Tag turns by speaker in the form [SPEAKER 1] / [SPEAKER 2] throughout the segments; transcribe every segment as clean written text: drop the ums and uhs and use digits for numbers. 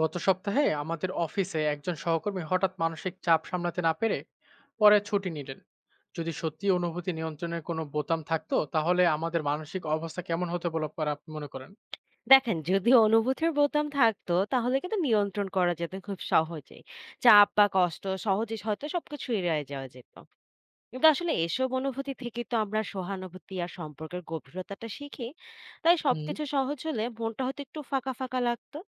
[SPEAKER 1] গত সপ্তাহে আমাদের অফিসে একজন সহকর্মী হঠাৎ মানসিক চাপ সামলাতে না পেরে পরে ছুটি নিলেন। যদি সত্যি অনুভূতি নিয়ন্ত্রণের কোনো বোতাম থাকতো, তাহলে আমাদের মানসিক অবস্থা কেমন হতে বলে আপনি মনে করেন?
[SPEAKER 2] দেখেন, যদি অনুভূতির বোতাম থাকতো তাহলে কিন্তু নিয়ন্ত্রণ করা যেত খুব সহজেই। চাপ বা কষ্ট সহজে হয়তো সবকিছু এড়িয়ে যাওয়া যেত। কিন্তু আসলে এসব অনুভূতি থেকে তো আমরা সহানুভূতি আর সম্পর্কের গভীরতাটা শিখি। তাই
[SPEAKER 1] হুম,
[SPEAKER 2] সবকিছু সহজ হলে মনটা হয়তো একটু ফাঁকা ফাঁকা লাগতো।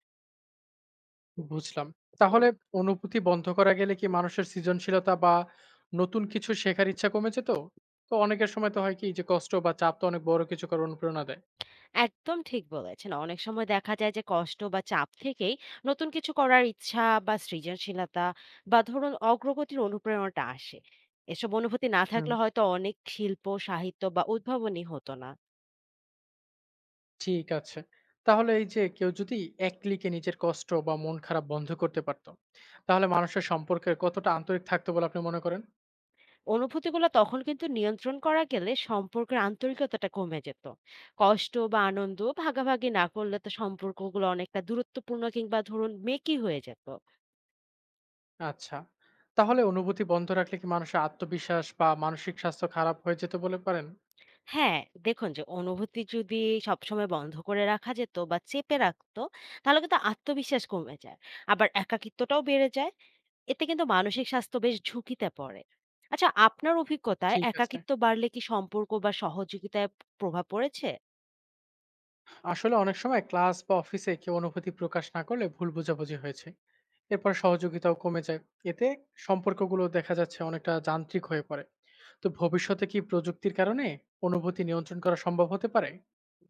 [SPEAKER 1] বুঝলাম। তাহলে অনুভূতি বন্ধ করা গেলে কি মানুষের সৃজনশীলতা বা নতুন কিছু শেখার ইচ্ছা কমে যেত? তো অনেকের সময় তো হয় কি, যে কষ্ট বা চাপ তো অনেক বড় কিছু করার অনুপ্রেরণা দেয়।
[SPEAKER 2] একদম ঠিক বলেছেন, অনেক সময় দেখা যায় যে কষ্ট বা চাপ থেকেই নতুন কিছু করার ইচ্ছা বা সৃজনশীলতা বা ধরুন অগ্রগতির অনুপ্রেরণাটা আসে। এসব অনুভূতি না
[SPEAKER 1] হুম,
[SPEAKER 2] থাকলে হয়তো অনেক শিল্প সাহিত্য বা উদ্ভাবনী হতো না।
[SPEAKER 1] ঠিক আছে। তাহলে এই যে কেউ যদি এক ক্লিকে নিজের কষ্ট বা মন খারাপ বন্ধ করতে পারত, তাহলে মানুষের সম্পর্কে কতটা আন্তরিক থাকতো বলে আপনি মনে করেন?
[SPEAKER 2] অনুভূতিগুলো তখন কিন্তু নিয়ন্ত্রণ করা গেলে সম্পর্কের আন্তরিকতাটা কমে যেত। কষ্ট বা আনন্দ ভাগাভাগি না করলে তো সম্পর্কগুলো অনেকটা দূরত্বপূর্ণ কিংবা ধরুন মেকি হয়ে যেত।
[SPEAKER 1] আচ্ছা। তাহলে অনুভূতি বন্ধ রাখলে কি মানুষের আত্মবিশ্বাস বা মানসিক স্বাস্থ্য খারাপ হয়ে যেতে বলে পারেন?
[SPEAKER 2] হ্যাঁ, দেখুন যে অনুভূতি যদি সবসময় বন্ধ করে রাখা যেত বা চেপে রাখতো তাহলে কিন্তু আত্মবিশ্বাস কমে যায়। আবার একাকিত্বটাও বেড়ে যায়। এতে কিন্তু মানসিক স্বাস্থ্য বেশ ঝুঁকিতে পড়ে। আচ্ছা, আপনার অভিজ্ঞতায়
[SPEAKER 1] ঠিক আছে।
[SPEAKER 2] একাকিত্ব বাড়লে কি সম্পর্ক বা সহযোগিতায় প্রভাব পড়েছে?
[SPEAKER 1] আসলে অনেক সময় ক্লাস বা অফিসে কেউ অনুভূতি প্রকাশ না করলে ভুল বোঝাবুঝি হয়েছে। এরপর সহযোগিতাও কমে যায়। এতে সম্পর্কগুলো দেখা যাচ্ছে অনেকটা যান্ত্রিক হয়ে পড়ে। তো ভবিষ্যতে কি প্রযুক্তির কারণে অনুভূতি নিয়ন্ত্রণ করা সম্ভব হতে পারে?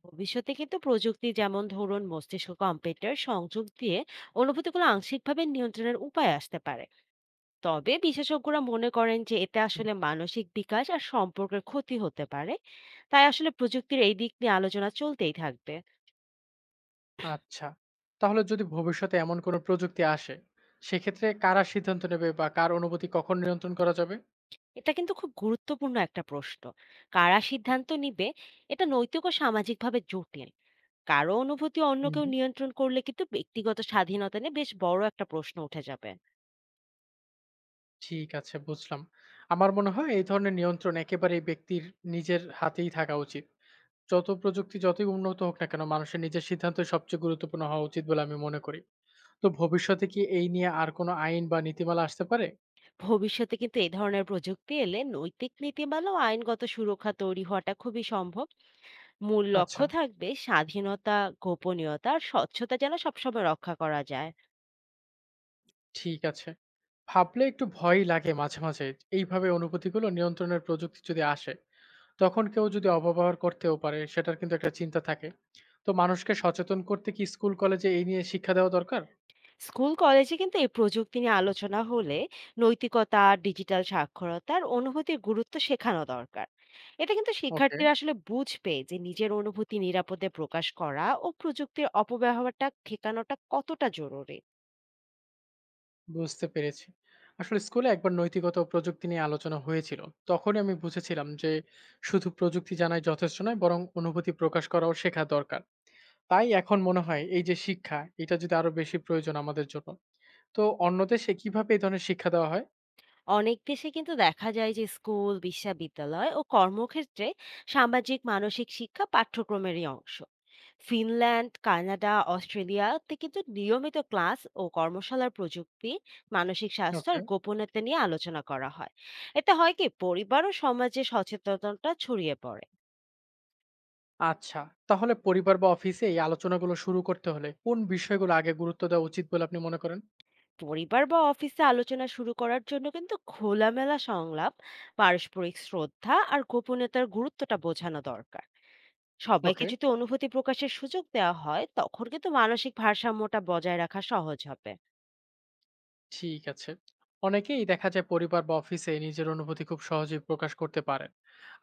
[SPEAKER 2] ভবিষ্যতে কিন্তু প্রযুক্তি যেমন ধরুন মস্তিষ্ক কম্পিউটার সংযোগ দিয়ে অনুভূতিগুলো আংশিকভাবে নিয়ন্ত্রণের উপায় আসতে পারে। তবে বিশেষজ্ঞরা মনে করেন যে এতে আসলে মানসিক বিকাশ আর সম্পর্কের ক্ষতি হতে পারে। তাই আসলে প্রযুক্তির এই দিক নিয়ে আলোচনা চলতেই থাকবে।
[SPEAKER 1] আচ্ছা। তাহলে যদি ভবিষ্যতে এমন কোনো প্রযুক্তি আসে, সেক্ষেত্রে কারা সিদ্ধান্ত নেবে বা কার অনুভূতি কখন নিয়ন্ত্রণ করা যাবে?
[SPEAKER 2] এটা কিন্তু খুব গুরুত্বপূর্ণ একটা প্রশ্ন, কারা সিদ্ধান্ত নিবে। এটা নৈতিক ও সামাজিকভাবে জটিল। কারো অনুভূতি অন্য কেউ
[SPEAKER 1] হুম,
[SPEAKER 2] নিয়ন্ত্রণ করলে কিন্তু ব্যক্তিগত স্বাধীনতা নিয়ে বেশ বড় একটা প্রশ্ন উঠে যাবে।
[SPEAKER 1] ঠিক আছে, বুঝলাম। আমার মনে হয় এই ধরনের নিয়ন্ত্রণ একেবারেই ব্যক্তির নিজের হাতেই থাকা উচিত। যত প্রযুক্তি যতই উন্নত হোক না কেন, মানুষের নিজের সিদ্ধান্তই সবচেয়ে গুরুত্বপূর্ণ হওয়া উচিত বলে আমি মনে করি। তো ভবিষ্যতে কি এই নিয়ে আর কোনো আইন বা নীতিমালা আসতে পারে?
[SPEAKER 2] ভবিষ্যতে কিন্তু এই ধরনের প্রযুক্তি এলে নৈতিক নীতিমালা ও আইনগত সুরক্ষা তৈরি হওয়াটা খুবই সম্ভব। মূল লক্ষ্য
[SPEAKER 1] আচ্ছা,
[SPEAKER 2] থাকবে স্বাধীনতা, গোপনীয়তা আর স্বচ্ছতা যেন সবসময় রক্ষা করা যায়।
[SPEAKER 1] ঠিক আছে। ভাবলে একটু ভয়ই লাগে মাঝে মাঝে। এইভাবে অনুভূতিগুলো নিয়ন্ত্রণের প্রযুক্তি যদি আসে, তখন কেউ যদি অপব্যবহার করতেও পারে, সেটার কিন্তু একটা চিন্তা থাকে। তো মানুষকে সচেতন করতে কি স্কুল কলেজে এই নিয়ে শিক্ষা দেওয়া দরকার?
[SPEAKER 2] স্কুল কলেজে কিন্তু এই প্রযুক্তি নিয়ে আলোচনা হলে নৈতিকতা, ডিজিটাল সাক্ষরতার অনুভূতির গুরুত্ব শেখানো দরকার। এটা কিন্তু
[SPEAKER 1] ওকে,
[SPEAKER 2] শিক্ষার্থীরা আসলে বুঝবে যে নিজের অনুভূতি নিরাপদে প্রকাশ করা ও প্রযুক্তির অপব্যবহারটা ঠেকানোটা কতটা জরুরি।
[SPEAKER 1] বুঝতে পেরেছি। আসলে স্কুলে একবার নৈতিকতা ও প্রযুক্তি নিয়ে আলোচনা হয়েছিল। তখনই আমি বুঝেছিলাম যে শুধু প্রযুক্তি জানাই যথেষ্ট নয়, বরং অনুভূতি প্রকাশ করাও শেখা দরকার। তাই এখন মনে হয় এই যে শিক্ষা, এটা যদি আরো বেশি প্রয়োজন আমাদের জন্য। তো অন্য দেশে কিভাবে এই ধরনের শিক্ষা দেওয়া হয়?
[SPEAKER 2] অনেক দেশে কিন্তু দেখা যায় যে স্কুল বিশ্ববিদ্যালয় ও কর্মক্ষেত্রে সামাজিক মানসিক শিক্ষা পাঠ্যক্রমেরই অংশ। ফিনল্যান্ড, কানাডা, অস্ট্রেলিয়াতে কিন্তু নিয়মিত ক্লাস ও কর্মশালার প্রযুক্তি, মানসিক স্বাস্থ্য আর
[SPEAKER 1] ওকে।
[SPEAKER 2] গোপনীয়তা নিয়ে আলোচনা করা হয়। এতে হয় কি, পরিবার ও সমাজে সচেতনতা ছড়িয়ে পড়ে।
[SPEAKER 1] আচ্ছা, তাহলে পরিবার বা অফিসে এই আলোচনাগুলো শুরু করতে হলে কোন বিষয়গুলো আগে গুরুত্ব দেওয়া উচিত বলে আপনি মনে করেন?
[SPEAKER 2] পরিবার বা অফিসে আলোচনা শুরু করার জন্য কিন্তু খোলামেলা সংলাপ, পারস্পরিক শ্রদ্ধা আর গোপনীয়তার গুরুত্বটা বোঝানো দরকার। সবাইকে
[SPEAKER 1] ওকে,
[SPEAKER 2] যদি অনুভূতি প্রকাশের সুযোগ দেওয়া হয় তখন কিন্তু মানসিক ভারসাম্যটা বজায় রাখা সহজ হবে।
[SPEAKER 1] ঠিক আছে। অনেকেই দেখা যায় পরিবার বা অফিসে নিজের অনুভূতি খুব সহজেই প্রকাশ করতে পারেন।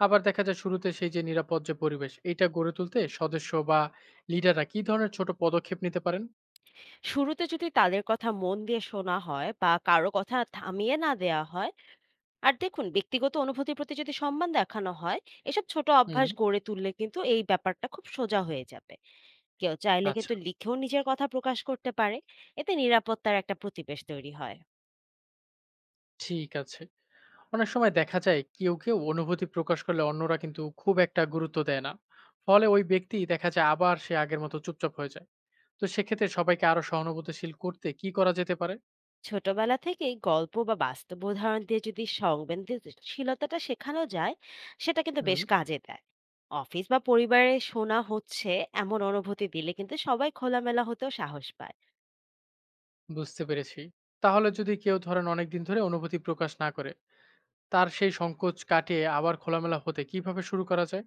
[SPEAKER 1] আবার দেখা যায় শুরুতে সেই যে নিরাপদ যে পরিবেশ, এটা গড়ে তুলতে সদস্য বা লিডাররা কি ধরনের ছোট পদক্ষেপ নিতে পারেন?
[SPEAKER 2] শুরুতে যদি তাদের কথা মন দিয়ে শোনা হয় বা কারো কথা থামিয়ে না দেওয়া হয়, আর দেখুন ব্যক্তিগত অনুভূতির প্রতি যদি সম্মান দেখানো হয়, এসব ছোট
[SPEAKER 1] হুম,
[SPEAKER 2] অভ্যাস গড়ে তুললে কিন্তু এই ব্যাপারটা খুব সোজা হয়ে যাবে। কেউ চাইলে
[SPEAKER 1] আচ্ছা,
[SPEAKER 2] কিন্তু লিখেও নিজের কথা প্রকাশ করতে পারে। এতে নিরাপত্তার একটা প্রতিবেশ তৈরি হয়।
[SPEAKER 1] ঠিক আছে। অনেক সময় দেখা যায় কেউ অনুভূতি প্রকাশ করলে অন্যরা কিন্তু খুব একটা গুরুত্ব দেয় না। ফলে ওই ব্যক্তি দেখা যায় আবার সে আগের মতো চুপচাপ হয়ে যায়। তো সেক্ষেত্রে সবাইকে আরো সহানুভূতিশীল করতে কি করা যেতে পারে?
[SPEAKER 2] ছোটবেলা থেকেই গল্প বা বাস্তব উদাহরণ দিয়ে যদি সংবেদনশীলতাটা শেখানো যায় সেটা কিন্তু
[SPEAKER 1] হুম,
[SPEAKER 2] বেশ কাজে দেয়। অফিস বা পরিবারে শোনা হচ্ছে এমন অনুভূতি দিলে কিন্তু সবাই খোলামেলা হতেও সাহস পায়।
[SPEAKER 1] বুঝতে পেরেছি। তাহলে যদি কেউ ধরেন অনেকদিন ধরে অনুভূতি প্রকাশ না করে, তার সেই সংকোচ কাটিয়ে আবার খোলামেলা হতে কিভাবে শুরু করা যায়?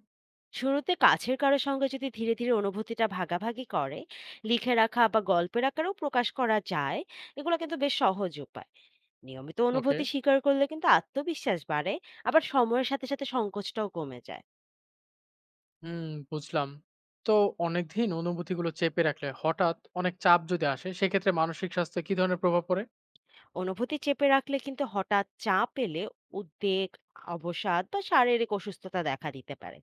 [SPEAKER 2] শুরুতে কাছের কারো সঙ্গে যদি ধীরে ধীরে অনুভূতিটা ভাগাভাগি করে, লিখে রাখা বা গল্পের আকারেও প্রকাশ করা যায়, এগুলো কিন্তু বেশ সহজ উপায়। নিয়মিত
[SPEAKER 1] ওকে,
[SPEAKER 2] অনুভূতি স্বীকার করলে কিন্তু আত্মবিশ্বাস বাড়ে। আবার সময়ের সাথে সাথে সংকোচটাও কমে যায়।
[SPEAKER 1] হুম, বুঝলাম। তো অনেকদিন অনুভূতিগুলো চেপে রাখলে হঠাৎ অনেক চাপ যদি আসে, সেক্ষেত্রে মানসিক স্বাস্থ্যে কি ধরনের প্রভাব পড়ে?
[SPEAKER 2] অনুভূতি চেপে রাখলে কিন্তু হঠাৎ চাপ এলে উদ্বেগ, অবসাদ বা শারীরিক অসুস্থতা দেখা দিতে পারে।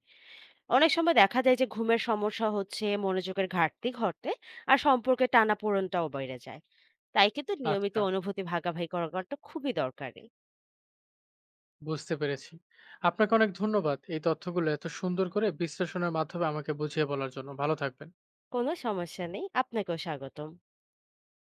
[SPEAKER 2] অনেক সময় দেখা যায় যে ঘুমের সমস্যা হচ্ছে, মনোযোগের ঘাটতি ঘটে আর সম্পর্কে টানাপোড়েনটাও বেড়ে যায়। তাই কিন্তু নিয়মিত
[SPEAKER 1] আচ্ছা,
[SPEAKER 2] অনুভূতি ভাগাভাগি করাটা খুবই দরকারি।
[SPEAKER 1] বুঝতে পেরেছি। আপনাকে অনেক ধন্যবাদ এই তথ্যগুলো এত সুন্দর করে বিশ্লেষণের মাধ্যমে আমাকে বুঝিয়ে বলার জন্য। ভালো থাকবেন।
[SPEAKER 2] কোনো সমস্যা নেই, আপনাকেও স্বাগতম।